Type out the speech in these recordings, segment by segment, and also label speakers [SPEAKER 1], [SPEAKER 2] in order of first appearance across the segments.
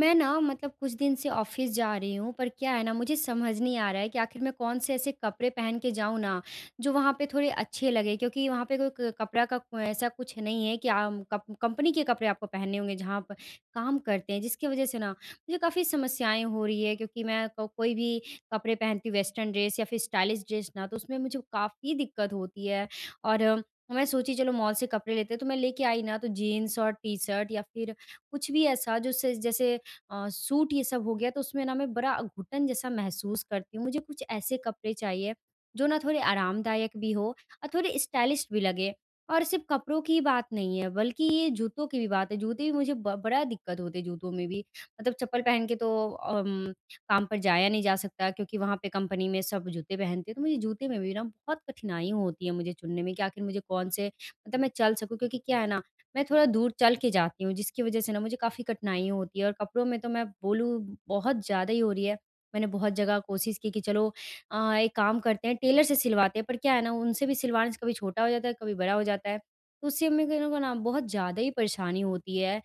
[SPEAKER 1] मैं ना मतलब कुछ दिन से ऑफिस जा रही हूँ, पर क्या है ना, मुझे समझ नहीं आ रहा है कि आखिर मैं कौन से ऐसे कपड़े पहन के जाऊँ ना जो वहाँ पे थोड़े अच्छे लगे, क्योंकि वहाँ पे कोई कपड़ा का ऐसा कुछ नहीं है कि आम कंपनी के कपड़े आपको पहनने होंगे जहाँ आप काम करते हैं, जिसकी वजह से ना मुझे काफ़ी समस्याएं हो रही है क्योंकि मैं कोई भी कपड़े पहनती हूँ वेस्टर्न ड्रेस या फिर स्टाइलिश ड्रेस ना तो उसमें मुझे काफ़ी दिक्कत होती है और मैं सोची चलो मॉल से कपड़े लेते हैं, तो मैं लेके आई ना तो जीन्स और टी शर्ट या फिर कुछ भी ऐसा जो जैसे सूट, ये सब हो गया तो उसमें ना मैं बड़ा घुटन जैसा महसूस करती हूँ। मुझे कुछ ऐसे कपड़े चाहिए जो ना थोड़े आरामदायक भी हो और थोड़े स्टाइलिश भी लगे। और सिर्फ़ कपड़ों की बात नहीं है बल्कि ये जूतों की भी बात है। जूते भी मुझे ब बड़ा दिक्कत होती है जूतों में भी। मतलब चप्पल पहन के तो काम पर जाया नहीं जा सकता क्योंकि वहाँ पे कंपनी में सब जूते पहनते हैं। तो मुझे जूते में भी ना बहुत कठिनाई होती है मुझे चुनने में कि आखिर मुझे कौन से मतलब मैं चल सकूँ, क्योंकि क्या है ना मैं थोड़ा दूर चल के जाती हूँ, जिसकी वज़ह से ना मुझे काफ़ी कठिनाइयाँ होती है और कपड़ों में तो मैं बोलूँ बहुत ज़्यादा ही हो रही है। मैंने बहुत जगह कोशिश की कि चलो एक काम करते हैं, टेलर से सिलवाते हैं, पर क्या है ना, उनसे भी सिलवाने से कभी छोटा हो जाता है, कभी बड़ा हो जाता है। तो उससे मेरे को ना बहुत ज़्यादा ही परेशानी होती है।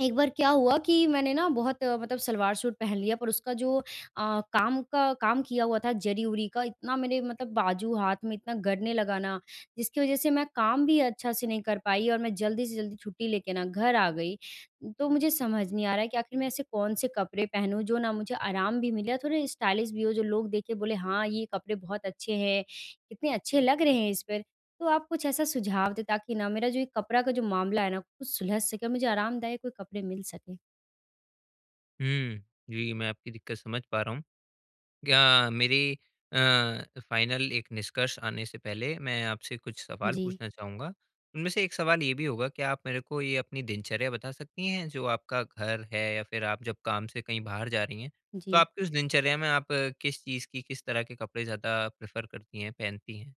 [SPEAKER 1] एक बार क्या हुआ कि मैंने ना बहुत मतलब सलवार सूट पहन लिया, पर उसका जो काम का काम किया हुआ था जरी-उरी का, इतना मेरे मतलब बाजू, हाथ में इतना गड़ने लगा ना, जिसकी वज़ह से मैं काम भी अच्छा से नहीं कर पाई और मैं जल्दी से जल्दी छुट्टी लेके ना घर आ गई। तो मुझे समझ नहीं आ रहा है कि आखिर मैं ऐसे कौन-से कपड़े पहनूँ जो ना मुझे आराम भी मिले और थोड़े स्टाइलिश भी हो, जो लोग देख के बोले हाँ, ये कपड़े बहुत अच्छे हैं, कितने अच्छे लग रहे हैं इस पे। तो आप कुछ ऐसा सुझाव दें ताकि ना मेरा जो ये कपड़ा का जो मामला है ना कुछ सुलझ सके, मुझे आरामदायक कोई कपड़े मिल सके।
[SPEAKER 2] हुँ। जी, मैं आपकी दिक्कत समझ पा रहा हूँ। क्या मेरी अ, फ़ाइनल एक निष्कर्ष आने से पहले मैं आपसे कुछ सवाल
[SPEAKER 1] जी।
[SPEAKER 2] पूछना चाहूँगा। उनमें से एक सवाल ये भी होगा, क्या आप मेरे को ये अपनी दिनचर्या बता सकती हैं, जो आपका घर है या फिर आप जब काम से कहीं बाहर जा रही हैं, तो
[SPEAKER 1] जी।
[SPEAKER 2] आपकी उस दिनचर्या में आप किस चीज़ की, किस तरह के कपड़े ज़्यादा प्रेफ़र करती हैं, पहनती हैं?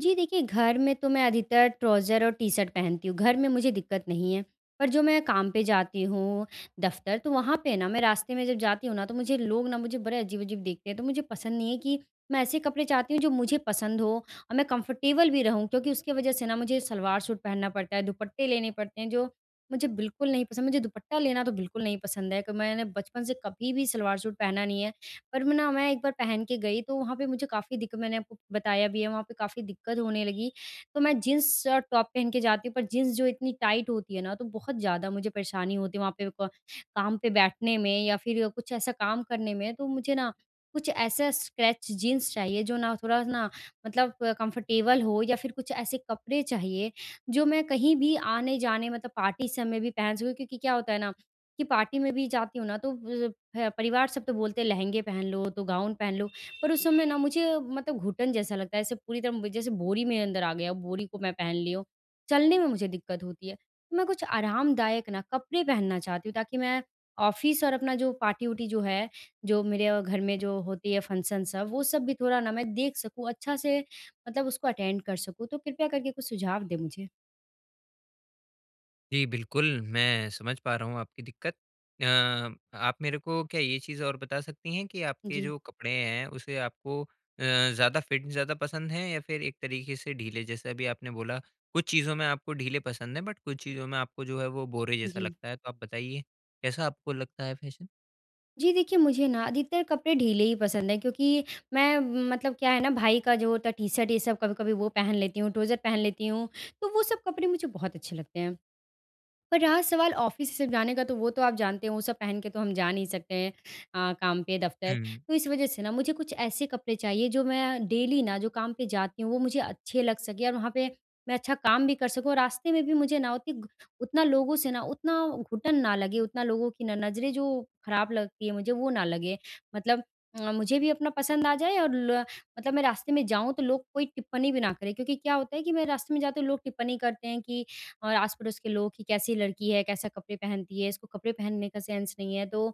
[SPEAKER 1] जी, देखिए, घर में तो मैं अधिकतर ट्राउज़र और टी-शर्ट पहनती हूँ, घर में मुझे दिक्कत नहीं है। पर जो मैं काम पे जाती हूँ, दफ़्तर, तो वहाँ पे ना मैं रास्ते में जब जाती हूँ ना तो मुझे लोग ना मुझे बड़े अजीब-अजीब देखते हैं, तो मुझे पसंद नहीं है कि मैं ऐसे कपड़े चाहती हूँ जो मुझे पसंद हो और मैं कंफ़र्टेबल भी रहूँ, क्योंकि उसकी वज़ह से ना मुझे सलवार सूट पहनना पड़ता है, दुपट्टे लेने पड़ते हैं जो मुझे बिल्कुल नहीं पसंद, मुझे दुपट्टा लेना तो बिल्कुल नहीं पसंद है कि मैंने बचपन से कभी भी सलवार सूट पहना नहीं है। पर मैं एक बार पहन के गई तो वहाँ पे मुझे काफ़ी दिक्कत, मैंने आपको बताया भी है वहाँ पे काफ़ी दिक्कत होने लगी। तो मैं जीन्स और टॉप पहन के जाती हूँ, पर जीन्स जो इतनी टाइट होती है ना तो बहुत ज़्यादा मुझे परेशानी होती है वहाँ पे क काम पे बैठने में या फिर कुछ ऐसा काम करने में, तो मुझे ना कुछ ऐसा स्ट्रेच जीन्स चाहिए जो ना थोड़ा ना मतलब कंफर्टेबल हो, या फिर कुछ ऐसे कपड़े चाहिए जो मैं कहीं भी आने-जाने मतलब पार्टी समय भी पहन सकूँ, क्योंकि क्या होता है ना कि पार्टी में भी जाती हूँ ना, तो है, परिवार सब तो बोलते हैं लहंगे पहन लो, तो गाउन पहन लो, पर उस समय ना मुझे मतलब घुटन जैसा लगता है, ऐसे पूरी तरह मुझे- जैसे बोरी मेरे अंदर आ गया हो, बोरी को मैं पहन ली हूँ। चलने में मुझे दिक्कत होती है, तो मैं कुछ आरामदायक ना कपड़े पहनना चाहती हूँ ताकि मैं ऑफ़िस और अपना जो पार्टी-वार्टी जो है, जो मेरे घर में जो होती है फंक्शन सब, वो सब भी थोड़ा ना मैं देख सकूँ, अच्छा से मतलब उसको अटेंड कर सकूँ, तो कृपया करके कुछ सुझाव दें मुझे।
[SPEAKER 2] जी, बिल्कुल, मैं समझ पा रहा हूँ आपकी दिक्कत। आप मेरे को क्या ये चीज़ और बता सकती हैं कि आपके
[SPEAKER 1] जी,
[SPEAKER 2] जो कपड़े हैं, उसे आपको अ, ज़्यादा फिट ज़्यादा पसंद हैं या फिर एक तरीके से ढीले? जैसे अभी आपने बोला, कुछ चीज़ों में आपको ढीले पसंद हैं, बट कुछ चीज़ों में आपको जो है वो बोरे जैसा
[SPEAKER 1] जी।
[SPEAKER 2] लगता है। तो आप बताइए, कैसा आपको लगता है फ़ैशन?
[SPEAKER 1] जी, देखिए, मुझे ना अधिकतर कपड़े ढीले ही पसंद हैं क्योंकि मैं मतलब क्या है ना, भाई का जो होता है टी-शर्ट ये सब कभी-कभी वो पहन लेती हूँ, ट्राउज़र पहन लेती हूँ, तो वो सब कपड़े मुझे बहुत अच्छे लगते हैं। पर रहा सवाल ऑफ़िस से सिर्फ़ जाने का, तो वो तो आप जानते हैं, वो सब पहन के तो हम जा नहीं सकते हैं काम पे, दफ़्तर।
[SPEAKER 2] हुँ,
[SPEAKER 1] तो इस वज़ह से ना मुझे कुछ ऐसे कपड़े चाहिए जो मैं डेली ना जो काम पे जाती हूँ वो मुझे अच्छे लग सकें और वहाँ पे मैं अच्छा काम भी कर सकूँ और रास्ते में भी मुझे ना उतनी घ उतना लोगों से ना उतना घुटन ना लगे, उतना लोगों की न नज़रें जो ख़राब लगती है मुझे वो ना लगे। मतलब मुझे भी अपना पसंद आ जाए और ल मतलब मैं रास्ते में जाऊँ तो लोग कोई टिप्पणी भी ना करें, क्योंकि क्या होता है कि मैं रास्ते में जाते हुए लोग टिप्पणी करते हैं कि और आस-पड़ोस के लोग कि कैसी लड़की है, कैसा कपड़े पहनती है, इसको कपड़े पहनने का सेंस नहीं है। तो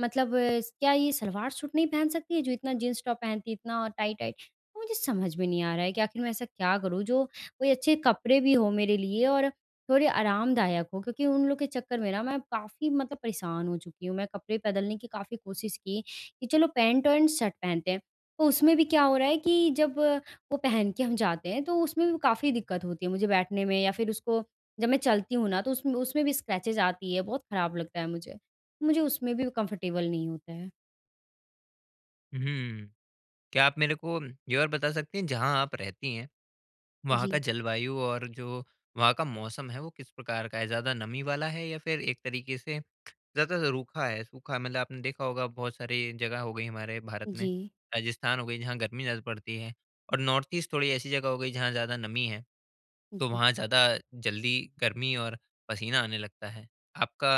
[SPEAKER 1] मतलब इस क्या ये सलवार सूट नहीं पहन सकती है जो इतना जीन्स टॉप पहनती है, इतना टाइट-टाइट? तो मुझे समझ में नहीं आ रहा है कि आखिर मैं ऐसा क्या करूँ जो कोई अच्छे कपड़े भी हो मेरे लिए और थोड़े आरामदायक हो, क्योंकि उन लोग के चक्कर में ना मैं काफ़ी मतलब परेशान हो चुकी हूँ। मैं कपड़े बदलने की काफ़ी कोशिश की कि चलो पैंट एंड शर्ट पहनते हैं। तो उसमें भी क्या हो रहा है कि जब वो पहन के हम जाते हैं तो उसमें भी काफ़ी दिक्कत होती है मुझे बैठने में या फिर उसको जब मैं चलती हूँ ना तो उसमें उसमें भी स्क्रैचेज़ आती है, बहुत खराब लगता है मुझे। मुझे उसमें भी कंफर्टेबल नहीं होता है।
[SPEAKER 2] हुँ। क्या आप मेरे को ये और बता सकती हैं, जहाँ आप रहती हैं, वहाँ
[SPEAKER 1] जी,
[SPEAKER 2] का जलवायु और जो वहाँ का मौसम है, वो किस प्रकार का है? ज़्यादा नमी वाला है या फिर एक तरीके से ज़्यादा रूखा है, सूखा है। मतलब आपने देखा होगा बहुत सारी जगह हो गई हमारे भारत में,
[SPEAKER 1] जी,
[SPEAKER 2] राजस्थान हो गई जहाँ गर्मी ज़्यादा पड़ती है और नॉर्थ ईस्ट थोड़ी ऐसी जगह हो गई जहाँ ज़्यादा नमी है, तो
[SPEAKER 1] जी।
[SPEAKER 2] वहाँ ज़्यादा जल्दी गर्मी और पसीना आने लगता है। आपका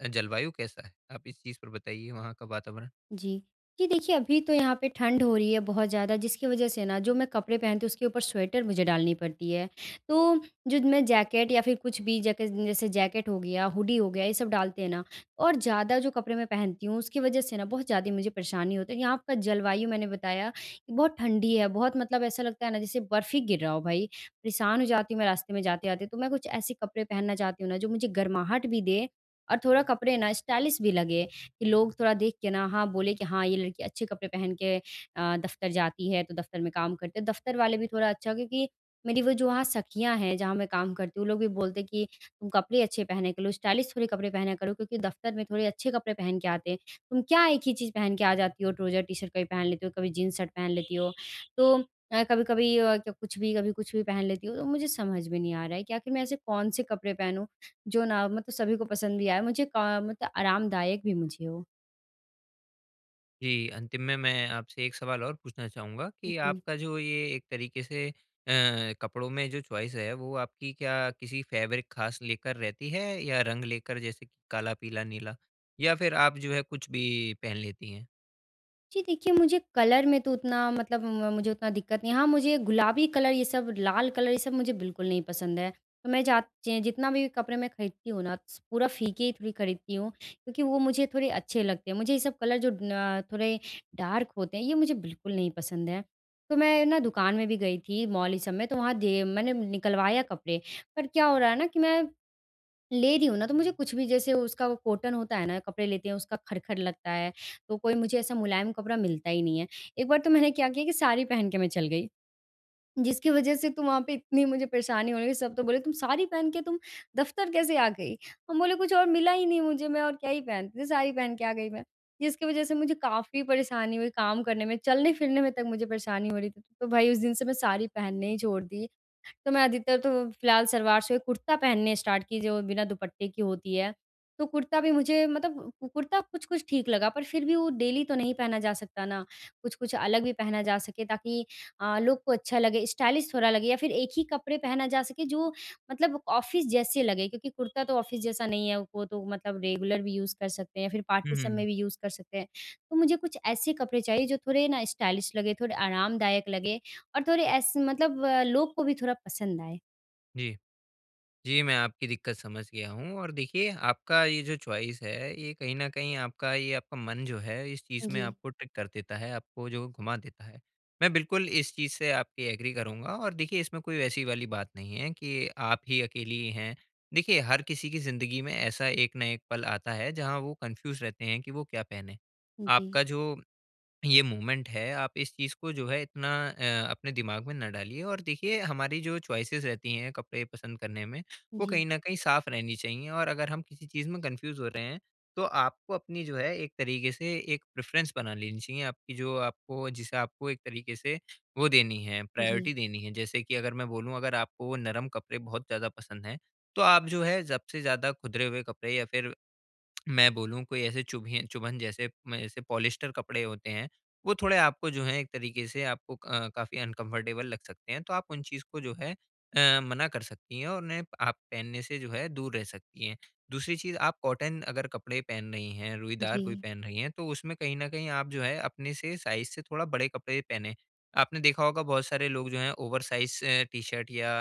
[SPEAKER 2] जलवायु कैसा है? आप इस चीज़ पर बताइए वहाँ का वातावरण?
[SPEAKER 1] जी। जी, देखिए, अभी तो यहाँ पे ठंड हो रही है बहुत ज़्यादा जिसकी वज़ह से ना जो मैं कपड़े पहनती हूँ उसके ऊपर स्वेटर मुझे डालनी पड़ती है। तो जो मैं जैकेट या फिर कुछ भी जैके जैसे जैकेट हो गया, हुडी हो गया, ये सब डालते हैं ना, और ज़्यादा जो कपड़े मैं पहनती हूँ उसकी वज़ह से ना बहुत ज़्यादा मुझे परेशानी होती है। यहाँ का जलवायु मैंने बताया कि बहुत ठंडी है, बहुत मतलब ऐसा लगता है ना जैसे बर्फ ही गिर रहा हो भाई। परेशान हो जाती हूँ मैं रास्ते में जाते-आते, तो मैं कुछ ऐसे कपड़े पहनना चाहती हूँ ना जो मुझे गर्माहट भी दे और थोड़ा कपड़े ना स्टाइलिश भी लगे। कि लोग थोड़ा देख के ना हाँ, बोले कि हाँ, ये लड़की अच्छे कपड़े पहन के दफ़्तर जाती है, तो दफ़्तर में काम करते हैं। दफ़्तर वाले भी थोड़ा अच्छा, क्योंकि मेरी वो जो वहाँ सखियाँ हैं, जहाँ मैं काम करती हूँ, वो लोग भी बोलते हैं कि तुम कपड़े अच्छे पहना करो, स्टाइलिश थोड़े कपड़े पहना करो, क्योंकि दफ़्तर में थोड़े अच्छे कपड़े पहन के आते हैं। तुम क्या एक ही चीज़ पहन के आ जाती हो, ट्राउज़र टी-शर्ट कभी पहन लेती हो, कभी जीन्स शर्ट पहन लेती हो। तो कभी-कभी अ, क कुछ भी, कभी कुछ भी पहन लेती हो। तो मुझे समझ में नहीं आ रहा है कि आखिर मैं ऐसे कौन से कपड़े पहनूँ, जो ना मतलब सभी को पसंद भी आए, मुझे क मतलब आरामदायक भी मुझे हो?
[SPEAKER 2] जी, अंतिम में मैं आपसे एक सवाल और पूछना चाहूँगा कि
[SPEAKER 1] जी।
[SPEAKER 2] आपका जो ये एक तरीके से कपड़ों में जो चॉइस है, वो आपकी क्या किसी फैब्रिक ख़ास लेकर रहती है या रंग लेकर, जैसे कि काला, पीला, नीला या फिर आप जो है कुछ भी पहन लेती हैं?
[SPEAKER 1] जी, देखिए, मुझे कलर में तो उतना मतलब म मुझे उतना दिक्कत नहीं है। हाँ, मुझे गुलाबी कलर ये सब, लाल कलर ये सब मुझे बिल्कुल नहीं पसंद है। तो मैं जा ज जितना भी कपड़े मैं खरीदती हूँ ना, पूरा फीके ही थोड़ी खरीदती हूँ, क्योंकि वो मुझे थोड़े अच्छे लगते हैं। मुझे ये सब कलर जो न थोड़े डार्क होते हैं ये मुझे बिल्कुल नहीं पसंद है। तो मैं ना दुकान में भी गई थी, मॉल ये सब में, तो वहाँ दे मैंने निकलवाया कपड़े, पर क्या हो रहा है ना कि मैं ले रही हूँ ना, तो मुझे कुछ भी जैसे उसका वो कॉटन होता है ना, कपड़े लेते हैं उसका खर-खर लगता है, तो कोई मुझे ऐसा मुलायम कपड़ा मिलता ही नहीं है। एक बार तो मैंने क्या किया कि साड़ी पहन के मैं चल गई, जिसकी वजह से तो वहाँ पे इतनी मुझे परेशानी हो रही है, सब तो बोले, "तुम साड़ी पहन के तुम दफ़्तर कैसे आ गई?" हम बोले, "कुछ और मिला ही नहीं मुझे, मैं और क्या ही पहनती थी, साड़ी पहन के आ गई मैं।" जिसकी वजह से मुझे काफ़ी परेशानी हुई काम करने में, चलने-फिरने में तक मुझे परेशानी हो रही थी। तो भाई उस दिन से मैं साड़ी पहनना ही छोड़ दी। तो मैं अधिकतर तो फ़िलहाल सलवार से कुर्ता पहनने स्टार्ट की जो बिना दुपट्टे की होती है। तो कुर्ता भी मुझे मतलब कु कुर्ता कुछ-कुछ ठीक लगा, पर फिर भी वो डेली तो नहीं पहना जा सकता ना। कुछ-कुछ अलग भी पहना जा सके ताकि लोग को अच्छा लगे, स्टाइलिश थोड़ा लगे, या फिर एक ही कपड़े पहना जा सके जो मतलब ऑफ़िस जैसे लगे, क्योंकि कुर्ता तो ऑफ़िस जैसा नहीं है, वो तो मतलब रेगुलर भी यूज़ कर सकते हैं या फिर
[SPEAKER 2] हुँ,
[SPEAKER 1] पार्टी सब में
[SPEAKER 2] हुँ।
[SPEAKER 1] भी यूज़ कर सकते हैं। तो मुझे कुछ ऐसे कपड़े चाहिए जो थोड़े ना स्टाइलिश लगे, थोड़े आरामदायक लगे और थोड़े ऐसे मतलब लोग को भी थोड़ा पसंद आए।
[SPEAKER 2] जी। जी, मैं आपकी दिक्कत समझ गया हूँ और देखिए आपका ये जो चॉइस है, ये कहीं न कहीं आपका ये आपका मन जो है इस चीज़ में
[SPEAKER 1] जी,
[SPEAKER 2] आपको ट्रिक कर देता है, आपको जो घुमा देता है। मैं बिल्कुल इस चीज़ से आपकी एग्री करूँगा और देखिए इसमें कोई वैसी वाली बात नहीं है कि आप ही अकेली हैं। देखिए, हर किसी की ज़िंदगी में ऐसा एक ना एक पल आता है जहाँ वो कन्फ्यूज़ रहते हैं कि वो क्या पहने।
[SPEAKER 1] जी,
[SPEAKER 2] आपका जो ये मोमेंट है, आप इस चीज़ को जो है इतना अपने दिमाग में ना डालिए और देखिए हमारी जो चॉइसेस रहती हैं कपड़े पसंद करने में, वो
[SPEAKER 1] जी,
[SPEAKER 2] कहीं न कहीं साफ़ रहनी चाहिए और अगर हम किसी चीज़ में कन्फ्यूज़ हो रहे हैं, तो आपको अपनी जो है एक तरीके से एक प्रेफ़रेंस बना लेनी चाहिए, आपकी जो आपको जिसे आपको एक तरीके से वो देनी है,
[SPEAKER 1] जी, जी,
[SPEAKER 2] प्रायोरिटी देनी है। जैसे कि अगर मैं बोलूँ, अगर आपको नरम कपड़े बहुत ज़्यादा पसंद हैं, तो आप जो है सबसे ज़्यादा खुदरे हुए कपड़े या फिर मैं बोलूँ कोई ऐसे चुभिए, चुभन जैसे म जैसे पॉलिएस्टर कपड़े होते हैं, वो थोड़े आपको जो है एक तरीके से आपको काफ़ी अनकम्फ़र्टेबल लग सकते हैं, तो आप उन चीज़ को जो है मना कर सकती हैं और उन्हें आप पहनने से जो है दूर रह सकती हैं। दूसरी चीज़, आप कॉटन अगर कपड़े पहन रही हैं, रुईदार कोई
[SPEAKER 1] जी,
[SPEAKER 2] पहन रही हैं, तो उसमें कहीं न कहीं आप जो है अपने से साइज़ से थोड़ा बड़े कपड़े पहनें। आपने देखा होगा बहुत सारे लोग जो हैं ओवरसाइज़ टी-शर्ट या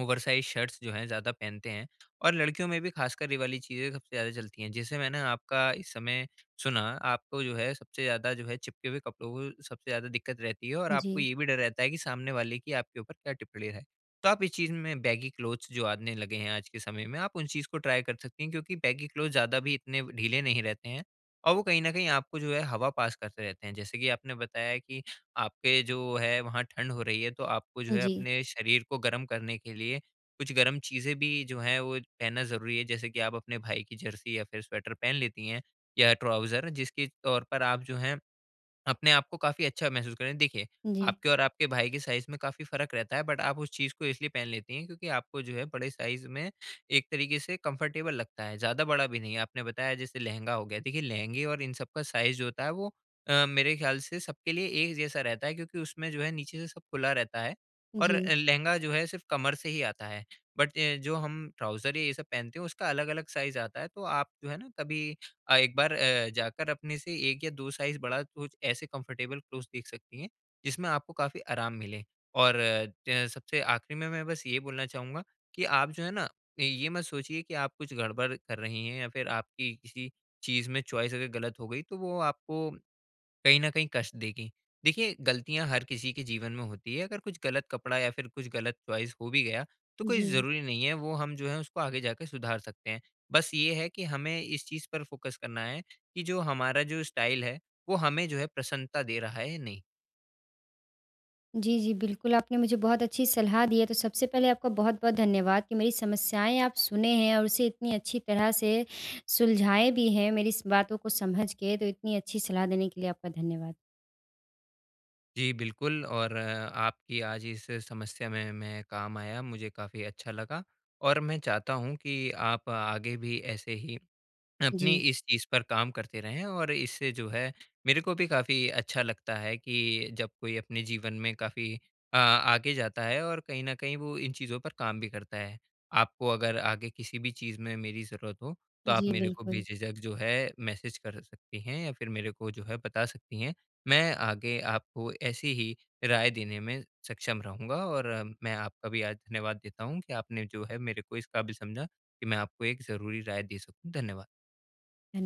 [SPEAKER 2] ओवरसाइज़ शर्ट्स जो हैं ज़्यादा पहनते हैं और लड़कियों में भी ख़ासकर ये वाली चीज़ें सबसे ज़्यादा चलती हैं। जैसे मैंने आपका इस समय सुना, आपको जो है सबसे ज़्यादा जो है चिपके हुए कपड़ों को सबसे ज़्यादा दिक्कत रहती है और आपको
[SPEAKER 1] जी,
[SPEAKER 2] ये भी डर रहता है कि सामने वाले की आपके ऊपर क्या टिप्पणी है। तो आप इस चीज़ में बैगी क्लोथ्स, जो आने लगे हैं आज के समय में, आप उन चीज़ को ट्राई कर सकती हैं क्योंकि बैगी क्लोथ ज़्यादा भी इतने ढीले नहीं रहते हैं और वो कहीं न कहीं आपको जो है हवा पास करते रहते हैं। जैसे कि आपने बताया कि आपके जो है वहाँ ठंड हो रही है, तो आपको जो है
[SPEAKER 1] जी,
[SPEAKER 2] अपने शरीर को गर्म करने के लिए कुछ गर्म चीज़ें भी जो हैं वो पहनना ज़रूरी है, जैसे कि आप अपने भाई की जर्सी या फिर स्वेटर पहन लेती हैं या ट्राउज़र, जिसके तौर पर आप जो हैं अपने आप को काफ़ी अच्छा महसूस करें। देखिए,
[SPEAKER 1] जी,
[SPEAKER 2] आपके और आपके भाई के साइज़ में काफ़ी फ़र्क रहता है, बट आप उस चीज़ को इसलिए पहन लेती हैं क्योंकि आपको जो है बड़े साइज़ में एक तरीके से कंफ़र्टेबल लगता है, ज़्यादा बड़ा भी नहीं। आपने बताया जैसे लहंगा हो गया, देखिए लहंगे और इन सब का साइज़ जो होता है, वो मेरे ख़्याल से सबके लिए एक जैसा रहता है क्योंकि उसमें जो है नीचे से सब खुला रहता है और लहंगा जो है सिर्फ़ कमर से ही आता है। बट जो हम ट्राउज़र या ये सब पहनते हैं उसका अलग-अलग साइज़ आता है, तो आप जो है ना कभी एक बार जाकर अपने से 1 या 2 साइज़ बड़ा कुछ ऐसे कंफर्टेबल क्लोथ्स देख सकती हैं, जिसमें आपको काफ़ी आराम मिले। और सबसे आखिरी में मैं बस ये बोलना चाहूँगा कि आप जो है ना, ये मत सोचिए कि आप कुछ गड़बड़ कर रही हैं या फिर आपकी किसी चीज़ में चॉइस अगर गलत हो गई, तो वो आपको कहीं न कहीं कष्ट देगी। देखिए, गलतियाँ हर किसी के जीवन में होती है, अगर कुछ गलत कपड़ा या फिर कुछ गलत चॉइस हो भी गया, तो कोई
[SPEAKER 1] जी।
[SPEAKER 2] ज़रूरी नहीं है, वो हम जो है उसको आगे जाके सुधार सकते हैं। बस ये है कि हमें इस चीज़ पर फ़ोकस करना है कि जो हमारा जो स्टाइल है, वो हमें जो है प्रसन्नता दे रहा है या नहीं।
[SPEAKER 1] जी, जी, बिल्कुल, आपने मुझे बहुत अच्छी सलाह दी है, तो सबसे पहले आपका बहुत-बहुत धन्यवाद कि मेरी समस्याएँ आप सुने हैं और उसे इतनी अच्छी तरह से सुलझाए भी हैं, मेरी इस बातों को समझ के, तो इतनी अच्छी सलाह देने के लिए आपका धन्यवाद।
[SPEAKER 2] जी, बिल्कुल और आपकी आज इस समस्या में मैं काम आया, मुझे काफ़ी अच्छा लगा और मैं चाहता हूँ कि आप आगे भी ऐसे ही अपनी
[SPEAKER 1] जी,
[SPEAKER 2] इस चीज़ पर काम करते रहें और इससे जो है मेरे को भी काफ़ी अच्छा लगता है कि जब कोई अपने जीवन में काफ़ी आगे जाता है और कहीं न कहीं वो इन चीज़ों पर काम भी करता है। आपको अगर आगे किसी भी चीज़ में मेरी ज़रूरत हो, तो आप
[SPEAKER 1] जी,
[SPEAKER 2] मेरे को
[SPEAKER 1] बिल्कुल।
[SPEAKER 2] बेझिझक जो है मैसेज कर सकती हैं या फिर मेरे को जो है बता सकती हैं। मैं आगे आपको ऐसी ही राय देने में सक्षम रहूँगा और मैं आपका भी आज धन्यवाद देता हूँ कि आपने जो है मेरे को इस काबिल समझा कि मैं आपको एक ज़रूरी राय दे सकूँ। धन्यवाद।
[SPEAKER 1] धन्य